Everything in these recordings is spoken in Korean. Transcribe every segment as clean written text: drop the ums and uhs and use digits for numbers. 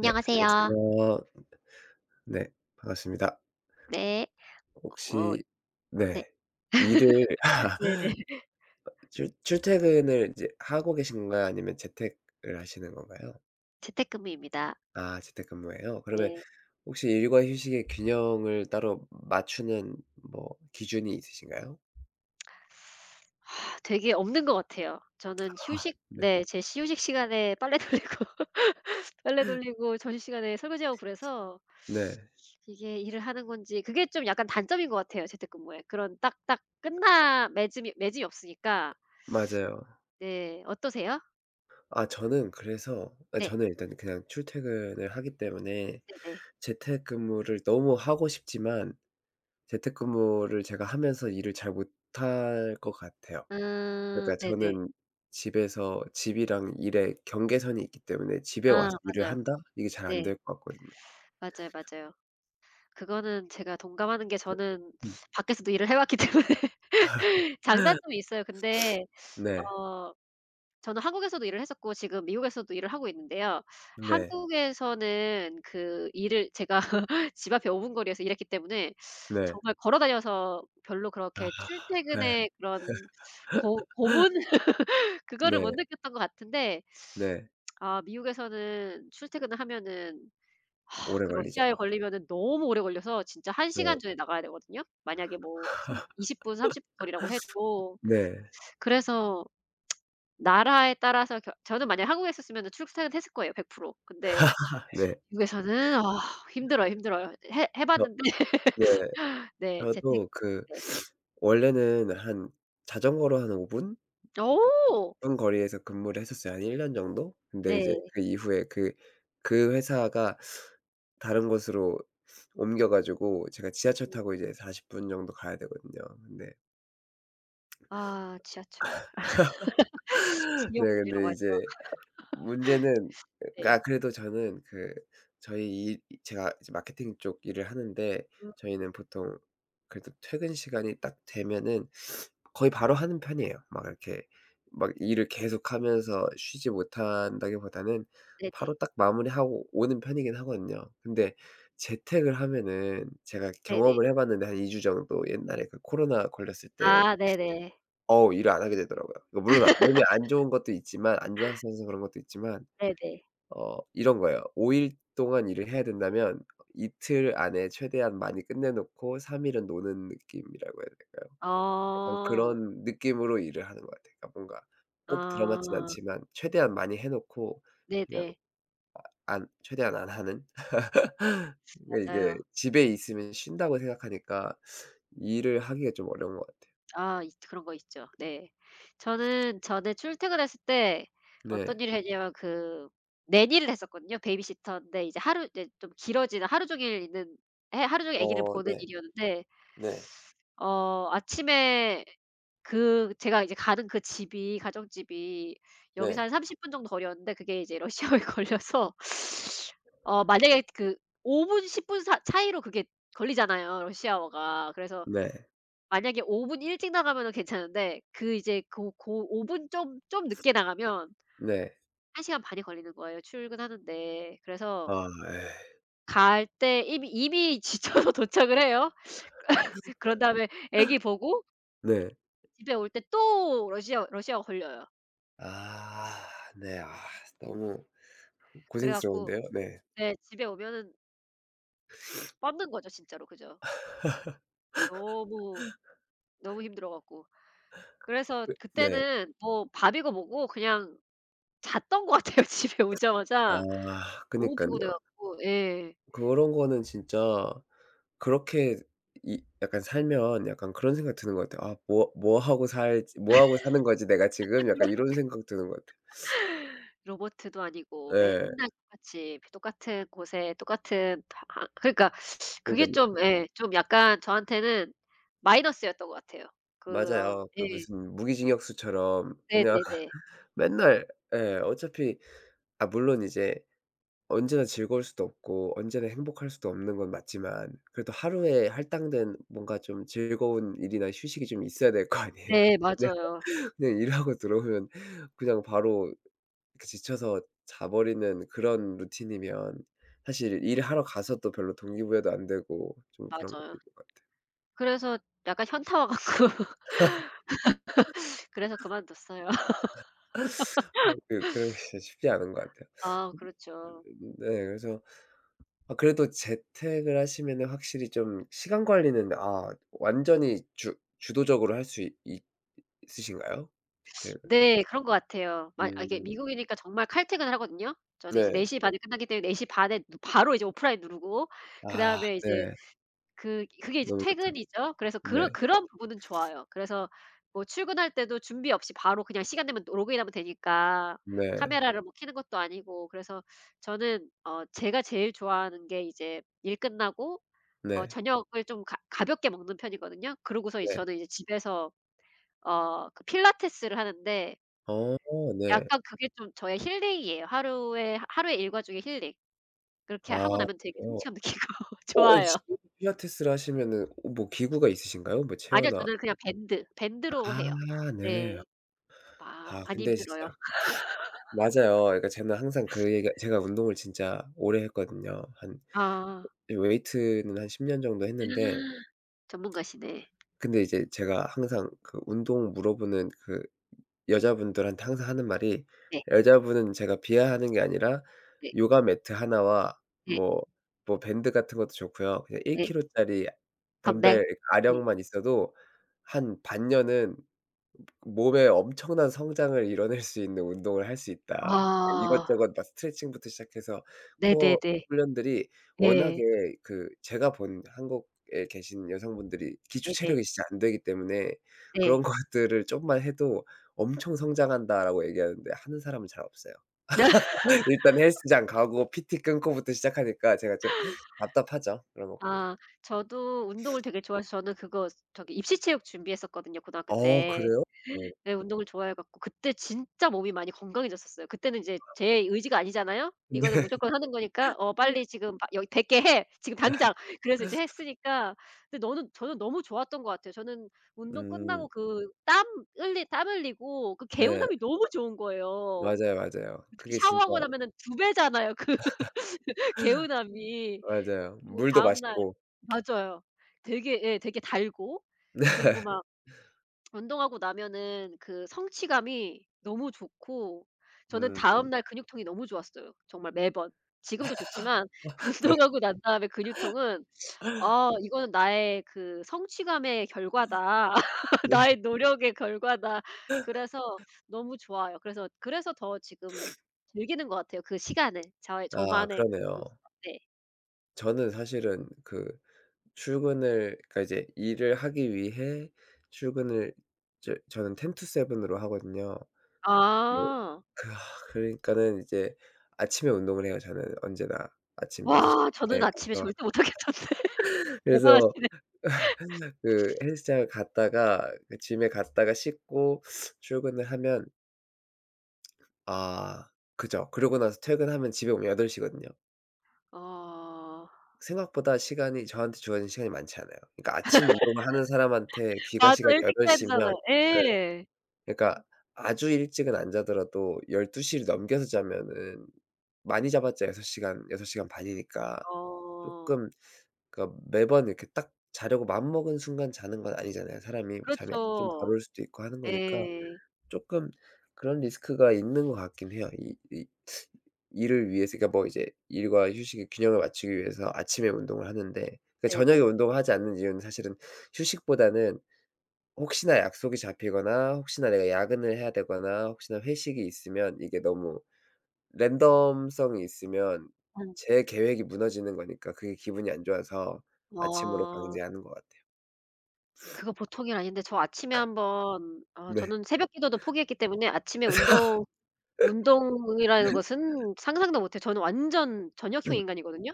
네, 안녕하세요. 네, 반갑습니다. 네. 어. 혹시 네. 네. 일을 네네. 출 출퇴근을 이제 하고 계신가요? 아니면 재택을 하시는 건가요? 재택근무입니다. 아 재택근무예요? 그러면 네. 혹시 일과 휴식의 균형을 따로 맞추는 뭐 기준이 있으신가요? 아, 되게 없는 것 같아요. 저는 아, 휴식 네. 네, 제 휴식 시간에 빨래 돌리고 빨래 돌리고 점심시간에 설거지하고 그래서 네. 이게 일을 하는 건지 그게 좀 약간 단점인 것 같아요, 재택근무에. 그런 딱딱 끝나 매짐이 없으니까. 맞아요. 네. 어떠세요? 아 저는 그래서 아 네. 저는 일단 그냥 출퇴근을 하기 때문에 네네. 재택근무를 너무 하고 싶지만 재택근무를 제가 하면서 일을 잘 못할 것 같아요. 그러니까 네네. 저는 집에서 집이랑 일의 경계선이 있기 때문에 '집에 아, 와서 일을 맞아요. 한다.' 이게 잘 안 네. 될 것 같거든요. 맞아요, 맞아요. 그거는 제가 동감하는 게 네. 저는 음. 밖에서도 일을 해 왔기 때문에 장단점이 있어요. 근데 네. 어 저는 한국에서도 일을 했었고 지금 미국에서도 일을 하고 있는데요. 네. 한국에서는 그 일을 제가 집 앞에 5분 거리에서 일했기 때문에 네. 정말 걸어 다녀서 별로 아 그렇게 예. 출퇴근의 그런 고 고문 그거를 네. 못 느꼈던 것 같은데 네. 아, 미국에서는 출퇴근을 하면은 아, 오래 그 걸리죠. 러시아에 걸리면은 너무 오래 걸려서 진짜 1 네. 시간 전에 나가야 되거든요. 만약에 뭐 삼 20분 30분 거리라고 해도. 네. 그래서 나라에 따라서 결 저는 만약에 한국에 있었으면은 출퇴근 했을 거예요 100%. 근데 네. 미국에서는 힘들어요, 힘들어요. 해 저 봤는데 네. 네, 재택. 저도 그 네. 원래는 한 자전거로 한 5 분? 어. 한 거리에서 근무를 했었어요. 한 1년 정도? 근데 이제 네. 그 이후에 그 회사가 다른 곳으로 옮겨 가지고 제가 지하철 음. 타고 이제 40분 정도 가야 되거든요. 근데 아, 지하철. 네 지옥불이라고 근데 하죠. 이제 문제는 네. 아 그래도 저는 그 저희 일 제가 이제 마케팅 쪽 일을 하는데 음, 저희는 보통 그래도 퇴근 시간이 딱 되면은 거의 바로 하는 편이에요. 막 이렇게 막 일을 계속하면서 쉬지 못한다기보다는 네네. 바로 딱 마무리하고 오는 편이긴 하거든요. 근데 재택을 하면은 제가 네네. 경험을 해 봤는데 한 2주 정도 옛날에 그 코로나 걸렸을 때 아, 네네. 어우 일을 안 하게 되더라고요. 물론 아 몸에 안 좋은 것도 있지만 안 좋았어서 그런 것도 있지만 네네. 어 이런 거예요. 5일 동안 일을 해야 된다면 이틀 안에 최대한 많이 끝내 놓고 3 일은 노는 느낌이라고 해야 될까요? 약간 어. 그런 느낌으로 일을 하는 것 같아요. 그러니까 뭔가 꼭 드라마진 아. 않지만 최대한 많이 해 놓고 그냥 네네. 안 최대한 안 하는? 그러니까 이게 맞아요. 집에 있으면 쉰다고 생각하니까 일을 하기가 좀 어려운 것 같아요. 아, 있 그런 거 있죠. 네. 저는 전에 출퇴근했을 때 어떤 네. 일을 했냐면 그 nanny를 했었거든요. 베이비시터인데 이제 하루 이제 좀 길어지는 하루 종일 있는, 해 하루 종일 아기를 어 보는 네. 일이었는데 네. 아침에 그 제가 이제 가는 그 집이 가정집이 여기서 네. 한 30분 정도 거리였는데 그게 이제 러시아어에 걸려서 어, 만약에 그 5분 10 분 사 차이로 그게 걸리잖아요, 러시아어가. 그래서 네. 만약에 5분 일찍 나가면은 괜찮은데 그 이제 고 5 분 좀 늦게 나가면 네. 1 시간 반이 걸리는 거예요, 출근하는데. 그래서 아 예. 갈 때 이미 지쳐서 도착을 해요. 그런 다음에 애기 보고 네. 집에 올 때 또 러시아가 걸려요. 아 네. 아 너무 그래 갖고 고생스러운데요. 네. 네, 집에 오면은 뻗는 거죠, 진짜로. 그죠. 너무, 너무 힘들어 갖고. 그래서 그 네. 그때는 뭐 밥이고 뭐고 그냥 잤던 것 같아요 집에 아 오자마자. 너무 그니깐요. 피곤해 갖고. 예. 그런 거는 진짜 그렇게 이 약간 살면 약간 그런 생각 드는 것 같아요. '아 뭐 뭐 하고 살지 뭐 하고 사는 거지 내가 지금?' 약간 이런 생각 드는 것 같아요. 로보트도 아니고 예. 맨날 똑같이 똑같은 곳에 똑같은 방. 그러니까 그게 그니깐요. 좀 예 좀 약간 저한테는 마이너스였던 것 같아요. 그런 맞아요. 그 예. 무슨 무기징역수처럼 그냥 네네네. 맨날 예 어차피 아 물론 이제 언제나 즐거울 수도 없고 언제나 행복할 수도 없는 건 맞지만 그래도 하루에 할당된 뭔가 좀 즐거운 일이나 휴식이 좀 있어야 될 거 아니에요. 네, 그냥 맞아요. 그냥 일하고 들어오면 그냥 바로 그 지쳐서 자버리는 그런 루틴이면 사실 일하러 가서 또 별로 동기부여도 안 되고 좀 그런 것도 맞아요. 있는 것 그래서 약간 현타와 같 그래서 그만뒀어요. 같아요. 그런 게 진짜 쉽지 않은 것 같아요. 아, 음, 그렇죠. 네. 그래서 아 그래도 재택을 하시면은 확실히 좀 시간 관리는 아 완전히 주 주도적으로 할 수 있 있으신가요? 재택을 네, 그런 것 같아요. 막 이게 음 미국이니까 정말 칼퇴근을 하거든요. 저는 이제 4 네. 시반에 끝나기 때문에 4시 반에 바로 이제 오프라인 누르고 아 그다음에 네. 이제 그게 이제 너무 좋다. 퇴근이죠. 그래서 그런 네. 그런 부분은 좋아요. 그래서 뭐 출근할 때도 준비 없이 바로 그냥 시간 되면 로그인하면 되니까 네. 카메라를 뭐 켜는 것도 아니고. 그래서 저는 제가 제일 좋아하는 게 이제 일 끝나고 네. 저녁을 좀 가 가볍게 먹는 편이거든요. 그러고서 이제 네. 저는 이제 집에서 그 필라테스를 하는데 어 네. 약간 그게 좀 저의 힐링이에요. 하루에 하루의 일과 중에 힐링. 그렇게 아 하고 나면 되게 그래요? 성취감 느끼고 어 어, 좋아요. 지금 필라테스를 하시면은 어 뭐 기구가 있으신가요? 뭐 아니요. 체어나 저는 그냥 밴드, 밴드로 아 해요. 네. 네. 아, 아 많이 근데 힘들어요. 진짜 맞아요. 그러니까 저는 항상 그 얘기가 제가 운동을 진짜 오래 했거든요. 한 아. 네 웨이트는 한 10년 정도 했는데 전문가시네. 근데 이제 제가 항상 그 운동 물어보는 그 여자분들한테 항상 하는 말이 네. 여자분은 제가 비하하는 게 아니라 네. 요가 매트 하나와 네. 뭐 뭐 밴드 같은 것도 좋고요. 그냥 1 네. 킬로짜리 선배. 덤벨 네. 아령만 있어도 한 반년은 몸에 엄청난 성장을 이뤄낼 수 있는 운동을 할 수 있다. 아. 이것저것 막 스트레칭부터 시작해서 코어 네네네. 훈련들이 워낙에 네. 그 제가 본 한국에 계신 여성분들이 기초 네네. 체력이 진짜 안 되기 때문에 그런 네. 것들을 좀만 해도 "엄청 성장한다."라고 얘기하는데 하는 사람은 잘 없어요. 일단 헬스장 가고 PT 끊고부터 시작하니까 제가 좀 답답하죠, 그런 거 보면은. 아, 저도 운동을 되게 좋아해서 저는 그거 저기 입시 체육 준비했었거든요, 고등학교 어 때. 그래요? 네. 네, 운동을 좋아해 갖고 그때 진짜 몸이 많이 건강해졌었어요. 그때는 이제 제 의지가 아니잖아요. 이거는 무조건 하는 거니까 "어, 근데 빨리 지금 막 여기 백개 해. 지금 당장." 그래서 이제 했으니까. 근데 너는 저는 너무 좋았던 것 같아요. 저는 운동 끝나고 음 그 땀 흘리고 그 네. 개운함이 너무 좋은 거예요. 맞아요, 맞아요. 특히 그게 진짜 샤워하고 나면은 2 배잖아요, 그 개운함이. 맞아요. 그리고 물도 다음날. 맛있고. 맞아요. 되게 예 되게 달고 그리고 막 운동하고 나면은 그 성취감이 너무 좋고 저는 다음 음 날 근육통이 너무 좋았어요, 정말 매번. 지금도 좋지만 네 운동하고 난 다음에 근육통은 "아, 이거는 나의 그 성취감의 결과다. 네. 나의 노력의 결과다." 그래서 너무 좋아요. 그래서 더 지금 즐기는 것 같아요 그 시간을. 저의 아 저만의 그 모습. 그러네요. 네. 저는 사실은 그 출근을 그러니까 이제 일을 하기 위해 출근을 저는 10 to 7 으로 하거든요. 뭐 아. 그 아 그러니까는 이제 아침에 운동을 해요 저는 언제나. 아침 6 와, 에 저는 아침에 가서 절대 못 하겠던데. 그래서 대단하시네. 그 헬스장을 갔다가 그 짐에 갔다가 씻고 출근을 하면 아 그죠. 그러고 나서 퇴근하면 집에 오면 8 시거든요. 어. 생각보다 시간이 저한테 주어진 시간이 많지 않아요. 그러니까 아침 운동을 하는 사람한테 귀가 맞아. 시간이 8 일찍 덟 자야 시면 되잖아요. 네 예. 그러니까 아주 일찍은 안 자더라도 1 2시를 넘겨서 자면은 많이 잡았자 6 시간, 6 시간 반이니까 어. 쪼끔 그러니까 매번 이렇게 딱 자려고 마음먹은 순간 자는 건 아니잖아요. 사람이 잠이 아 좀덜 그렇죠. 올 수도 있고 하는 거니까 예. 쪼끔 그런 리스크가 있는 것 같긴 해요. 이 일을 위해서 그러니까 뭐 이제 일과 휴식의 균형을 맞추기 위해서 아침에 운동을 하는데 그 저녁에 네네. 운동을 하지 않는 이유는 사실은 휴식보다는 혹시나 약속이 잡히거나 혹시나 내가 야근을 해야 되거나 혹시나 회식이 있으면 이게 너무 랜덤성이 있으면 음. 제 계획이 무너지는 거니까 그게 기분이 안 좋아서 아침으로 어. 강제하는 것 같아요. 그거 보통 일 아닌데 저 아침에 한 번 네. 저는 새벽 기도도 포기했기 때문에 아침에 운동이라는 것은 상상도 못 해요. 저는 완전 저녁형 인간이거든요.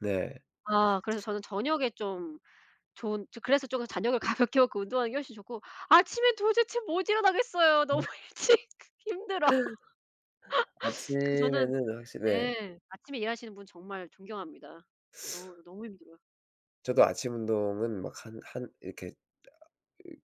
네. 아, 그래서 저는 저녁에 좀 좋은 저 그래서 쪼금 저녁을 가볍게 먹고 운동하는 게 훨씬 좋고 아침에 도대체 못 일어나겠어요. 너무 일찍. 힘들어. 그 저는 아침에는 확실히 네. 예. 아침에 일하시는 분 정말 존경합니다. 너무, 너무 힘들어요. 저도 아침 운동은 막 한 이렇게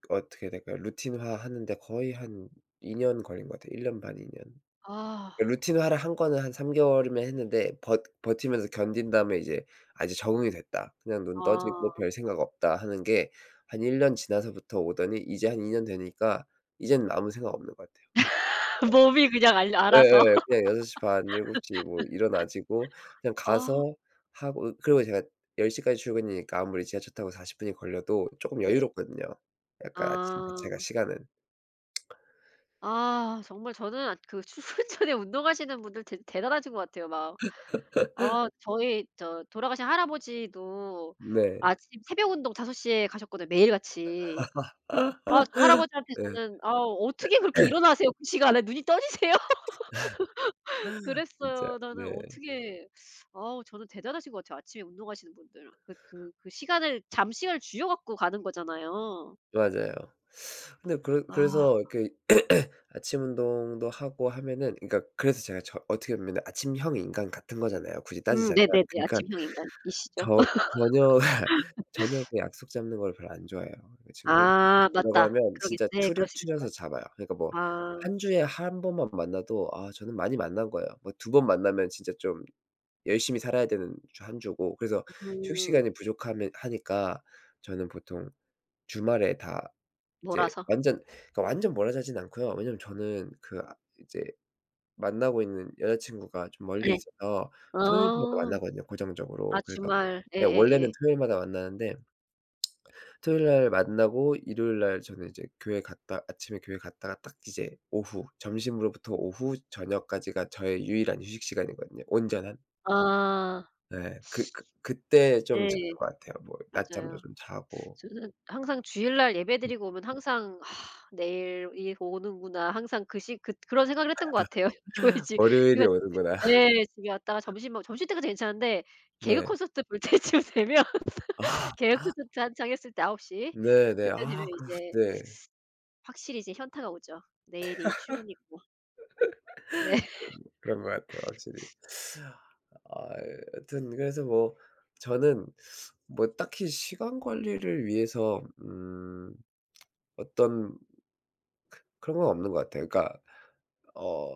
어떻게 될까요? 루틴화 하는데 거의 한 2년 걸린 것 같아요. 1년 반, 이 년. 아. 그러니까 루틴화를 한 거는 한 3 개월이면 했는데 버 버티면서 견딘 다음에 이제 '아 이제 적응이 됐다. 그냥 눈 아. 떠지고 별 생각 없다.' 하는 게 한 1년 지나서부터 오더니 이제 한 2년 되니까 이제는 아무 생각 없는 것 같아요. 몸이 그냥 알 알아서. 예예. 그냥 6시 반, 7곱시 뭐 일어나지고 그냥 아, 가서 하고 그리고 제가 1 0 까지 출근이니까 아무리 지하철 타고 40 분이 걸려도 쪼끔 네. 여유롭거든요. 약간 아침 자체가 아. 시간은. 아, 정말 저는 그 출근 전에 운동하시는 분들 대 대단하신 것 같아요. 막 저희 저 돌아가신 할아버지도 네. 아침 새벽 운동 5 시에 가셨거든요, 매일같이. 아, 저 할아버지한테 네. 저는 "아, 어떻게 그렇게 일어나세요? 그 시간에 눈이 떠지세요?" 진짜 그랬어요. 나는 네. 어떻게. 아우, 저는 대단하신 것 같아요. 아침에 운동하시는 분들. 그 시간을 잠시간을 주여 갖고 가는 거잖아요. 맞아요. 근데 그래서 아. 이렇게 아침 운동도 하고 하면은 그러니까 그래서 제가 저 어떻게 보면은 아침형 인간 같은 거잖아요, 굳이 따지자면. 네네네. 그니까 아침형 인간이시죠. 저 저녁 저녁에 약속 잡는 걸 별로 안 좋아해요. 그 친구들 아, 보자고 맞다. 하면 그러겠 진짜 네, 그러시겠다. 추려서 잡아요. 그러니까 뭐 아. 한 주에 한 번만 만나도 아 저는 많이 만난 거예요. 뭐 두 번 만나면 진짜 좀 열심히 살아야 되는 주 한 주고 그래서 휴식 음. 시간이 부족하면 하니까 저는 보통 주말에 다 이제 몰아서. 완전 그러니까 완전 몰아자진 않고요. 왜냐면 저는 그 아 이제 만나고 있는 여자친구가 좀 멀리 예. 있어서 토요일마다 어. 만나거든요, 아, 고정적으로. 그래서 주말. 네 원래는 예예예. 토요일마다 만나는데 토요일 날 만나고 일요일 날 저는 이제 교회 갔다 아침에 교회 갔다가 딱 이제 오후 점심으로부터 오후 저녁까지가 저의 유일한 휴식 시간이거든요, 온전한. 아, 네 그때 좀 자는 네. 것 같아요. 뭐 낮잠도 맞아요. 좀 자고. 저는 항상 주일날 예배드리고 오면 항상 "아, 내일 이 오는구나." 항상 그 시 그, 그런 생각을 했던 것 같아요. 교회 집 '월요일이 교회. 오는구나.' 예. 집에 왔다가 점심 때까지 괜찮은데 개그 네. 콘서트 볼 때쯤 되면 아 개그 콘서트 한창 했을 때9시 네네. 그때 되면 아 그 이제 네. 확실히 이제 현타가 오죠. 내일이 출근이고. 네. 그런 것 같아요, 확실히. 아 여튼 그래서 뭐 저는 뭐 딱히 시간 관리를 위해서 어떤 그런 건 없는 것 같아요. 그러니까 어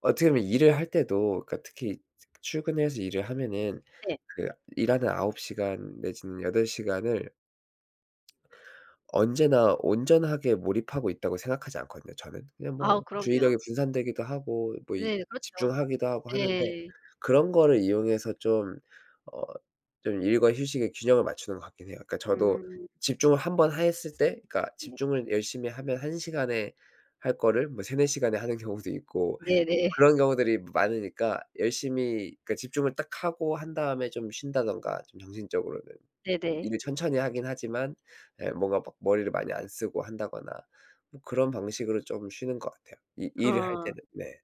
어떻게 보면 일을 할 때도 그러니까 특히 출근해서 일을 하면은 네. 그 일하는 9 시간 내지는 8 시간을 언제나 온전하게 몰입하고 있다고 생각하지 않거든요 저는. 그냥 아우, 뭐 주의력이 그럼요. 분산되기도 하고 뭐 이 네. 그렇죠. 집중하기도 하고 하는데 예. 그런 거를 이용해서 좀 어 좀 일과 휴식의 균형을 맞추는 것 같긴 해요. 그러니까 저도 음. 집중을 한 번 했을 때 그러니까 네. 집중을 열심히 하면 한 시간에 할 거를 뭐 3-4 시간에 하는 경우도 있고 뭐 네네. 그런 경우들이 많으니까 열심히 그러니까 집중을 딱 하고 한 다음에 좀 쉰다든가 좀 정신적으로는 네네. 일을 천천히 하긴 하지만 예 뭔가 막 머리를 많이 안 쓰고 한다거나 뭐 그런 방식으로 좀 쉬는 것 같아요. 이 일을 할 어. 때는. 네.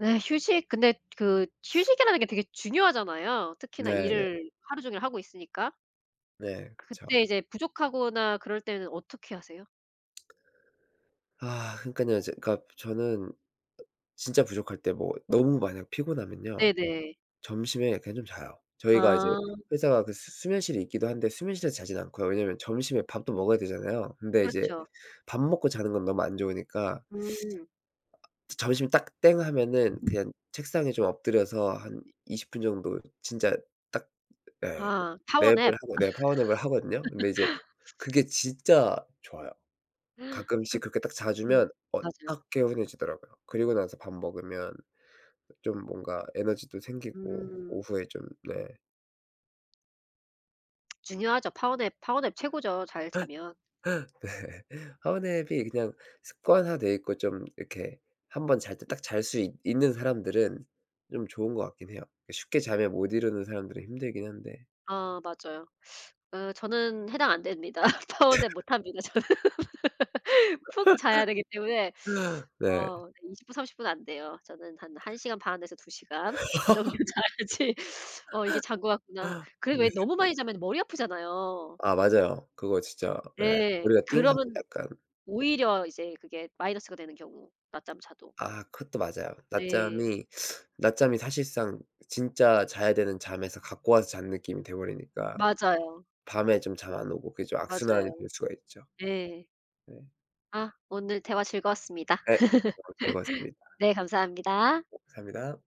네. 휴식 근데 그 휴식이라는 게 되게 중요하잖아요. 특히나 네네. 네. 일을 하루 종일 하고 있으니까. 네, 그쵸. 그때 이제 부족하거나 그럴 때는 어떻게 하세요? 아 그러니깐요. 이제 그러니까 저는 진짜 부족할 때 뭐 너무 만약 피곤하면요. 네네. 점심에 그냥 좀 자요. 저희가 이제 아, 회사가 그 수 수면실이 있기도 한데 수면실에서 자진 않고요. 왜냐면 점심에 밥도 먹어야 되잖아요. 근데 이제 그렇죠. 밥 먹고 자는 건 너무 안 좋으니까 음. 점심 딱 땡 하면은 그냥 책상에 좀 엎드려서 한 20분 정도 진짜 딱 네. 아, 랩을 파워냅. 하고 네 파워냅을 하거든요. 근데 이제 그게 진짜 좋아요. 가끔씩 그렇게 딱 음, 자주면 어 맞아요. 딱 개운해지더라고요. 그리고 나서 밥 먹으면 좀 뭔가 에너지도 생기고 음, 오후에 좀 네. 중요하죠. 파워냅, 파워냅 최고죠, 잘 자면. 네. 파워냅이 그냥 습관화돼 있고 좀 이렇게 한번 잘 때 딱 잘 수 있 있는 사람들은 좀 좋은 것 같긴 해요. 그러니까 쉽게 잠에 못 이루는 사람들은 힘들긴 한데. 아, 맞아요. 저는 해당 안 됩니다. 파워냅 못 합니다, 저는. 푹 자야 되기 때문에 네. 20분 30분 안 돼요. 저는 한 1 시간 반에서 2 시간 그 정도 자야지 "어, 이게 잔 것 같구나." 그리고 왜 네. 너무 많이 자면 머리 아프잖아요. 아 맞아요. 그거 진짜 예. 네. 머리가 띵하죠 그러면 약간. 오히려 이제 그게 마이너스가 되는 경우 낮잠 자도. 아 그것도 맞아요. 네. 낮잠이 사실상 진짜 자야 되는 잠에서 갖고 와서 잔 느낌이 돼 버리니까 맞아요. 밤에 좀 잠 안 오고 그게 좀 악순환이 맞아요. 될 수가 있죠. 네. 네. 아, 오늘 대화 즐거웠습니다. 네. 너무 즐거웠습니다. 네, 감사합니다. 감사합니다.